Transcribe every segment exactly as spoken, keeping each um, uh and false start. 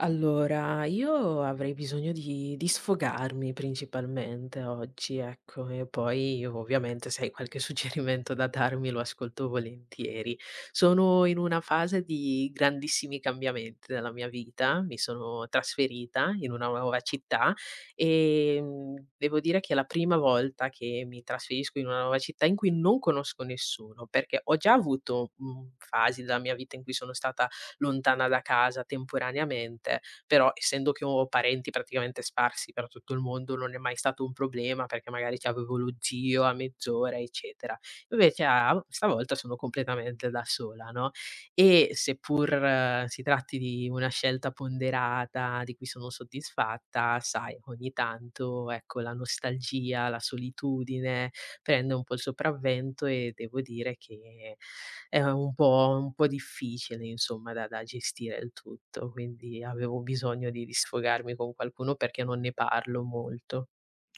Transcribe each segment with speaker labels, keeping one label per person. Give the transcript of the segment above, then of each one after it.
Speaker 1: Allora, io avrei bisogno di di sfogarmi principalmente oggi, ecco, e poi ovviamente se hai qualche suggerimento da darmi lo ascolto volentieri. Sono in una fase di grandissimi cambiamenti nella mia vita, mi sono trasferita in una nuova città e mm, devo dire che è la prima volta che mi trasferisco in una nuova città in cui non conosco nessuno, perché ho già avuto mm, fasi della mia vita in cui sono stata lontana da casa temporaneamente, però essendo che ho parenti praticamente sparsi per tutto il mondo non è mai stato un problema, perché magari c'avevo lo zio a mezz'ora, eccetera. Invece a stavolta sono completamente da sola, no, e seppur eh, si tratti di una scelta ponderata, di cui sono soddisfatta, sai ogni tanto, ecco, la nostalgia, la solitudine prende un po' il sopravvento e devo dire che è un po' un po' difficile insomma da da gestire il tutto, quindi avevo bisogno di di sfogarmi con qualcuno perché non ne parlo molto.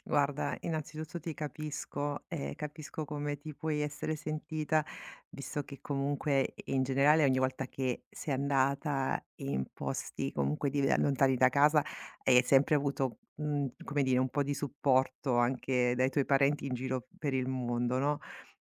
Speaker 2: Guarda, innanzitutto ti capisco, e capisco come ti puoi essere sentita, visto che comunque in generale ogni volta che sei andata in posti comunque div lontani da casa, hai sempre avuto, mhmm, come dire, un po' di supporto anche dai tuoi parenti in giro per il mondo, no?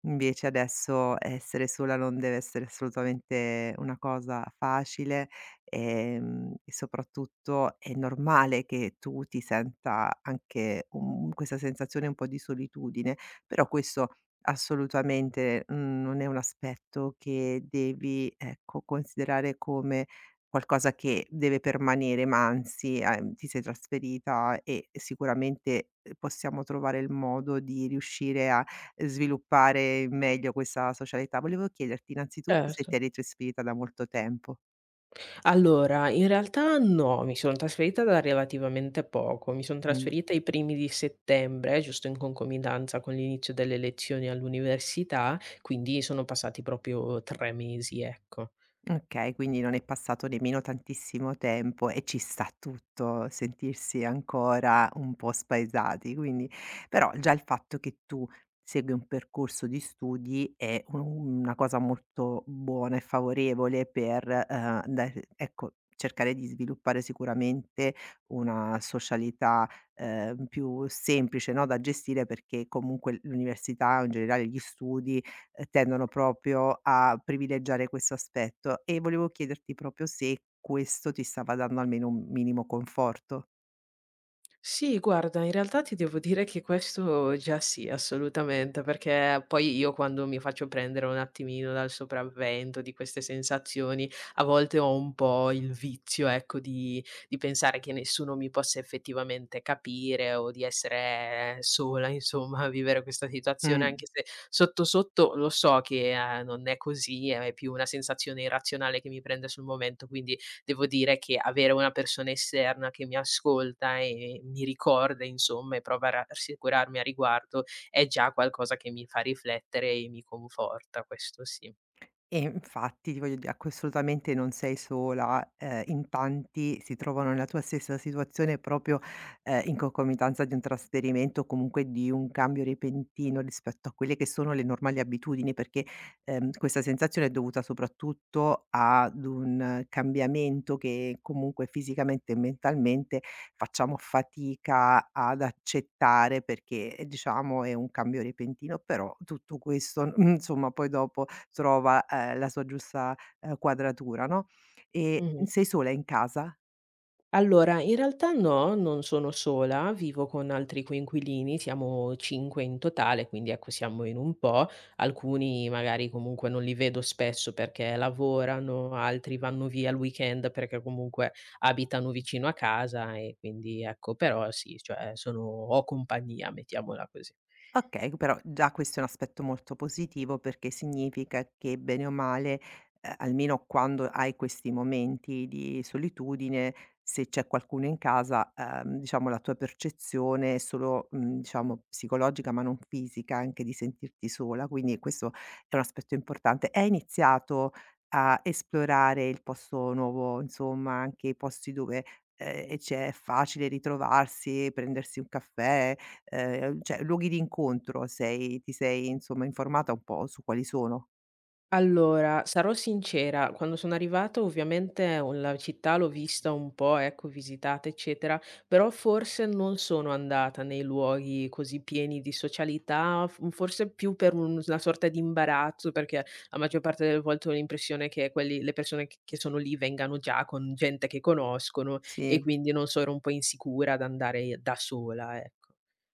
Speaker 2: Invece adesso essere sola non deve essere assolutamente una cosa facile. Ehm, e soprattutto è normale che tu ti senta anche un questa sensazione un po' di solitudine, però questo assolutamente, mhmm, non è un aspetto che devi, ecco, considerare come qualcosa che deve permanere, ma anzi, ehm, ti sei trasferita e sicuramente, ehm, possiamo trovare il modo di riuscire a sviluppare meglio questa socialità. Volevo chiederti innanzitutto se
Speaker 1: Certo.
Speaker 2: ti eri trasferita da molto tempo.
Speaker 1: Allora, in realtà no, mi sono trasferita da relativamente poco. Mi son
Speaker 2: Mh.
Speaker 1: trasferita ai primi di settembre, giusto in concomitanza con l'inizio delle lezioni all'università, quindi sono passati proprio tre mesi, ecco.
Speaker 2: Okay, quindi non è passato nemmeno tantissimo tempo e ci sta tutto sentirsi ancora un po' spaesati, quindi però già il fatto che tu segui un percorso di studi è u una cosa molto buona e favorevole per, ehm, dare ecco, cercare di sviluppare sicuramente una socialità, ehm, più semplice, no, da gestire, perché comunque l'università o in generale gli studi ehm, tendono proprio a privilegiare questo aspetto, e volevo chiederti proprio se questo ti stava dando almeno un minimo conforto.
Speaker 1: Sì, guarda, in realtà ti devo dire che questo già sì, assolutamente, perché poi io quando mi faccio prendere un attimino dal sopravvento di queste sensazioni, a volte ho un po' il vizio, ecco, di, di pensare che nessuno mi possa effettivamente capire o di essere sola, insomma, a vivere questa situazione,
Speaker 2: Mh.
Speaker 1: anche se sotto sotto lo so che eh, non è così, è più una sensazione irrazionale che mi prende sul momento, quindi devo dire che avere una persona esterna che mi ascolta e mi ricorda insomma e prova a ra- rassicurarmi a riguardo, è già qualcosa che mi fa riflettere e mi conforta, questo sì.
Speaker 2: E infatti ti voglio dire, acqu assolutamente non sei sola, ehm, in tanti si trovano nella tua stessa situazione proprio, ehm, in concomitanza di un trasferimento o comunque di un cambio repentino rispetto a quelle che sono le normali abitudini, perché, ehm, questa sensazione è dovuta soprattutto ad un eh, cambiamento che comunque fisicamente e mentalmente facciamo fatica ad accettare, perché, ehm, diciamo, è un cambio repentino, però tutto questo, mhmm, insomma, poi dopo trova, ehm, la sua giusta, ehm, quadratura, no. E
Speaker 1: Mh-mh.
Speaker 2: sei sola in casa?
Speaker 1: Allora, in realtà no, non sono sola, vivo con altri coinquilini, siamo cinque in totale, quindi ecco siamo in un po'. Alcuni magari comunque non li vedo spesso perché lavorano, altri vanno via al weekend perché comunque abitano vicino a casa e quindi ecco, però sì, cioè sono ho compagnia, mettiamola così.
Speaker 2: Okay, però già questo è un aspetto molto positivo, perché significa che bene o male, ehm, almeno quando hai questi momenti di solitudine, se c'è qualcuno in casa, ehm, diciamo la tua percezione è solo, mhmm, diciamo psicologica ma non fisica, anche di sentirti sola, quindi questo è un aspetto importante. E hai iniziato a esplorare il posto nuovo, insomma anche i posti dove, ehm, c'è facile ritrovarsi, prendersi un caffè. Ehm, cioè, luoghi di incontro, sei ti sei insomma informata un po' su quali sono?
Speaker 1: Allora, sarò sincera, quando sono arrivata ovviamente un la città l'ho vista un po', ecco, visitata eccetera, però forse non sono andata nei luoghi così pieni di socialità, f mhmm, forse più per un una sorta di imbarazzo, perché la maggior parte delle volte ho l'impressione che quelli le persone che che sono lì vengano già con gente che conoscono e
Speaker 2: Sì.
Speaker 1: quindi non so, ero un po' insicura ad andare da sola, ecco.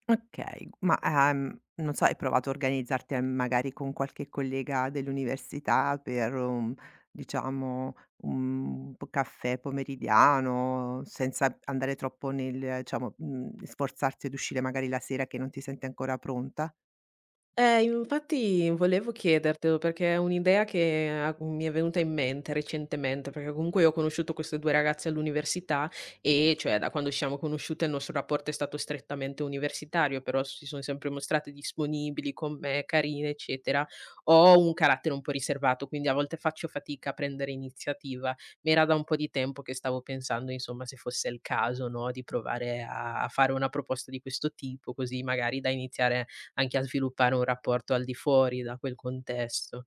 Speaker 2: Okay, ma, ehm, non so, hai provato a organizzarti, ehm, magari con qualche collega dell'università per un diciamo un p caffè pomeridiano, senza andare troppo nel diciamo, mhmm, sforzarsi ad uscire magari la sera che non ti senti ancora pronta?
Speaker 1: Eh, infatti volevo chiedertelo perché è un'idea che ha mi è venuta in mente recentemente, perché comunque io ho conosciuto queste due ragazze all'università e, cioè, da quando ci siamo conosciute il nostro rapporto è stato strettamente universitario, però si sono sempre mostrate disponibili con me, carine, eccetera. Ho un carattere un po' riservato, quindi a volte faccio fatica a prendere iniziativa. Mi era da un po' di tempo che stavo pensando, insomma, se fosse il caso, no, di provare a a fare una proposta di questo tipo, così magari da iniziare anche a sviluppare un rapporto al di fuori da quel contesto.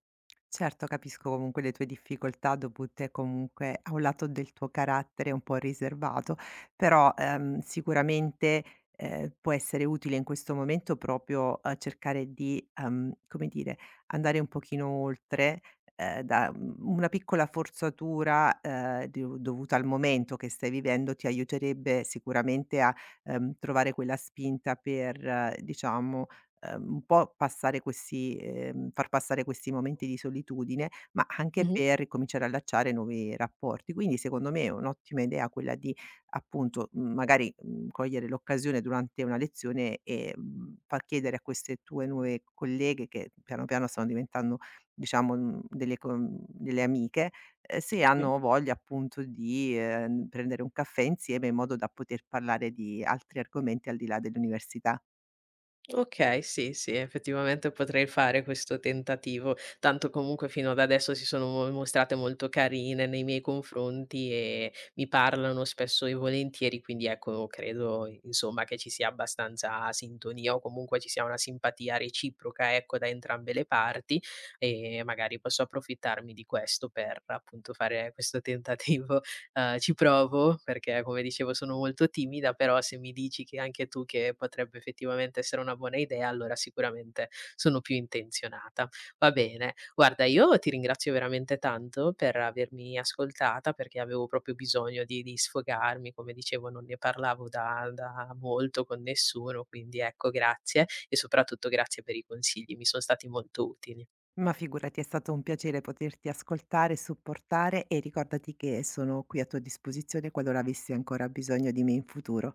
Speaker 2: Certo, capisco comunque le tue difficoltà dovute comunque a un lato del tuo carattere un po' riservato, però ehm, sicuramente eh, può essere utile in questo momento proprio eh, cercare di, ehm, come dire, andare un pochino oltre, eh, da mm, una piccola forzatura, eh, di- dovuta al momento che stai vivendo ti aiuterebbe sicuramente a ehm, trovare quella spinta per, eh, diciamo, ehm, un po' passare questi ehm, far passare questi momenti di solitudine, ma anche
Speaker 1: Mh-mh,
Speaker 2: per ricominciare a allacciare nuovi rapporti. Quindi secondo me è un'ottima idea quella di appunto, mhmm, magari, mhmm, cogliere l'occasione durante una lezione e, mhmm, far chiedere a queste tue nuove colleghe che piano piano stanno diventando diciamo, mhmm, delle co mhmm, delle amiche, ehm, se
Speaker 1: sì.
Speaker 2: hanno voglia appunto di, ehm, prendere un caffè insieme in modo da poter parlare di altri argomenti al di là dell'università.
Speaker 1: Okay, sì, sì, effettivamente potrei fare questo tentativo, tanto comunque fino ad adesso si sono mo mostrate molto carine nei miei confronti e mi parlano spesso e volentieri, quindi ecco credo insomma che ci sia abbastanza sintonia o comunque ci sia una simpatia reciproca, ecco, da entrambe le parti e magari posso approfittarmi di questo per appunto fare questo tentativo. Ehm, ci provo perché, come dicevo, sono molto timida, però se mi dici che anche tu che potrebbe effettivamente essere una buona idea, allora sicuramente sono più intenzionata. Va bene, guarda io ti ringrazio veramente tanto per avermi ascoltata, perché avevo proprio bisogno di di sfogarmi, come dicevo non ne parlavo da da molto con nessuno, quindi ecco grazie e soprattutto grazie per i consigli, mi son stati molto utili.
Speaker 2: Ma figurati, è stato un piacere poterti ascoltare e supportare, e ricordati che sono qui a tua disposizione qualora avessi ancora bisogno di me in futuro.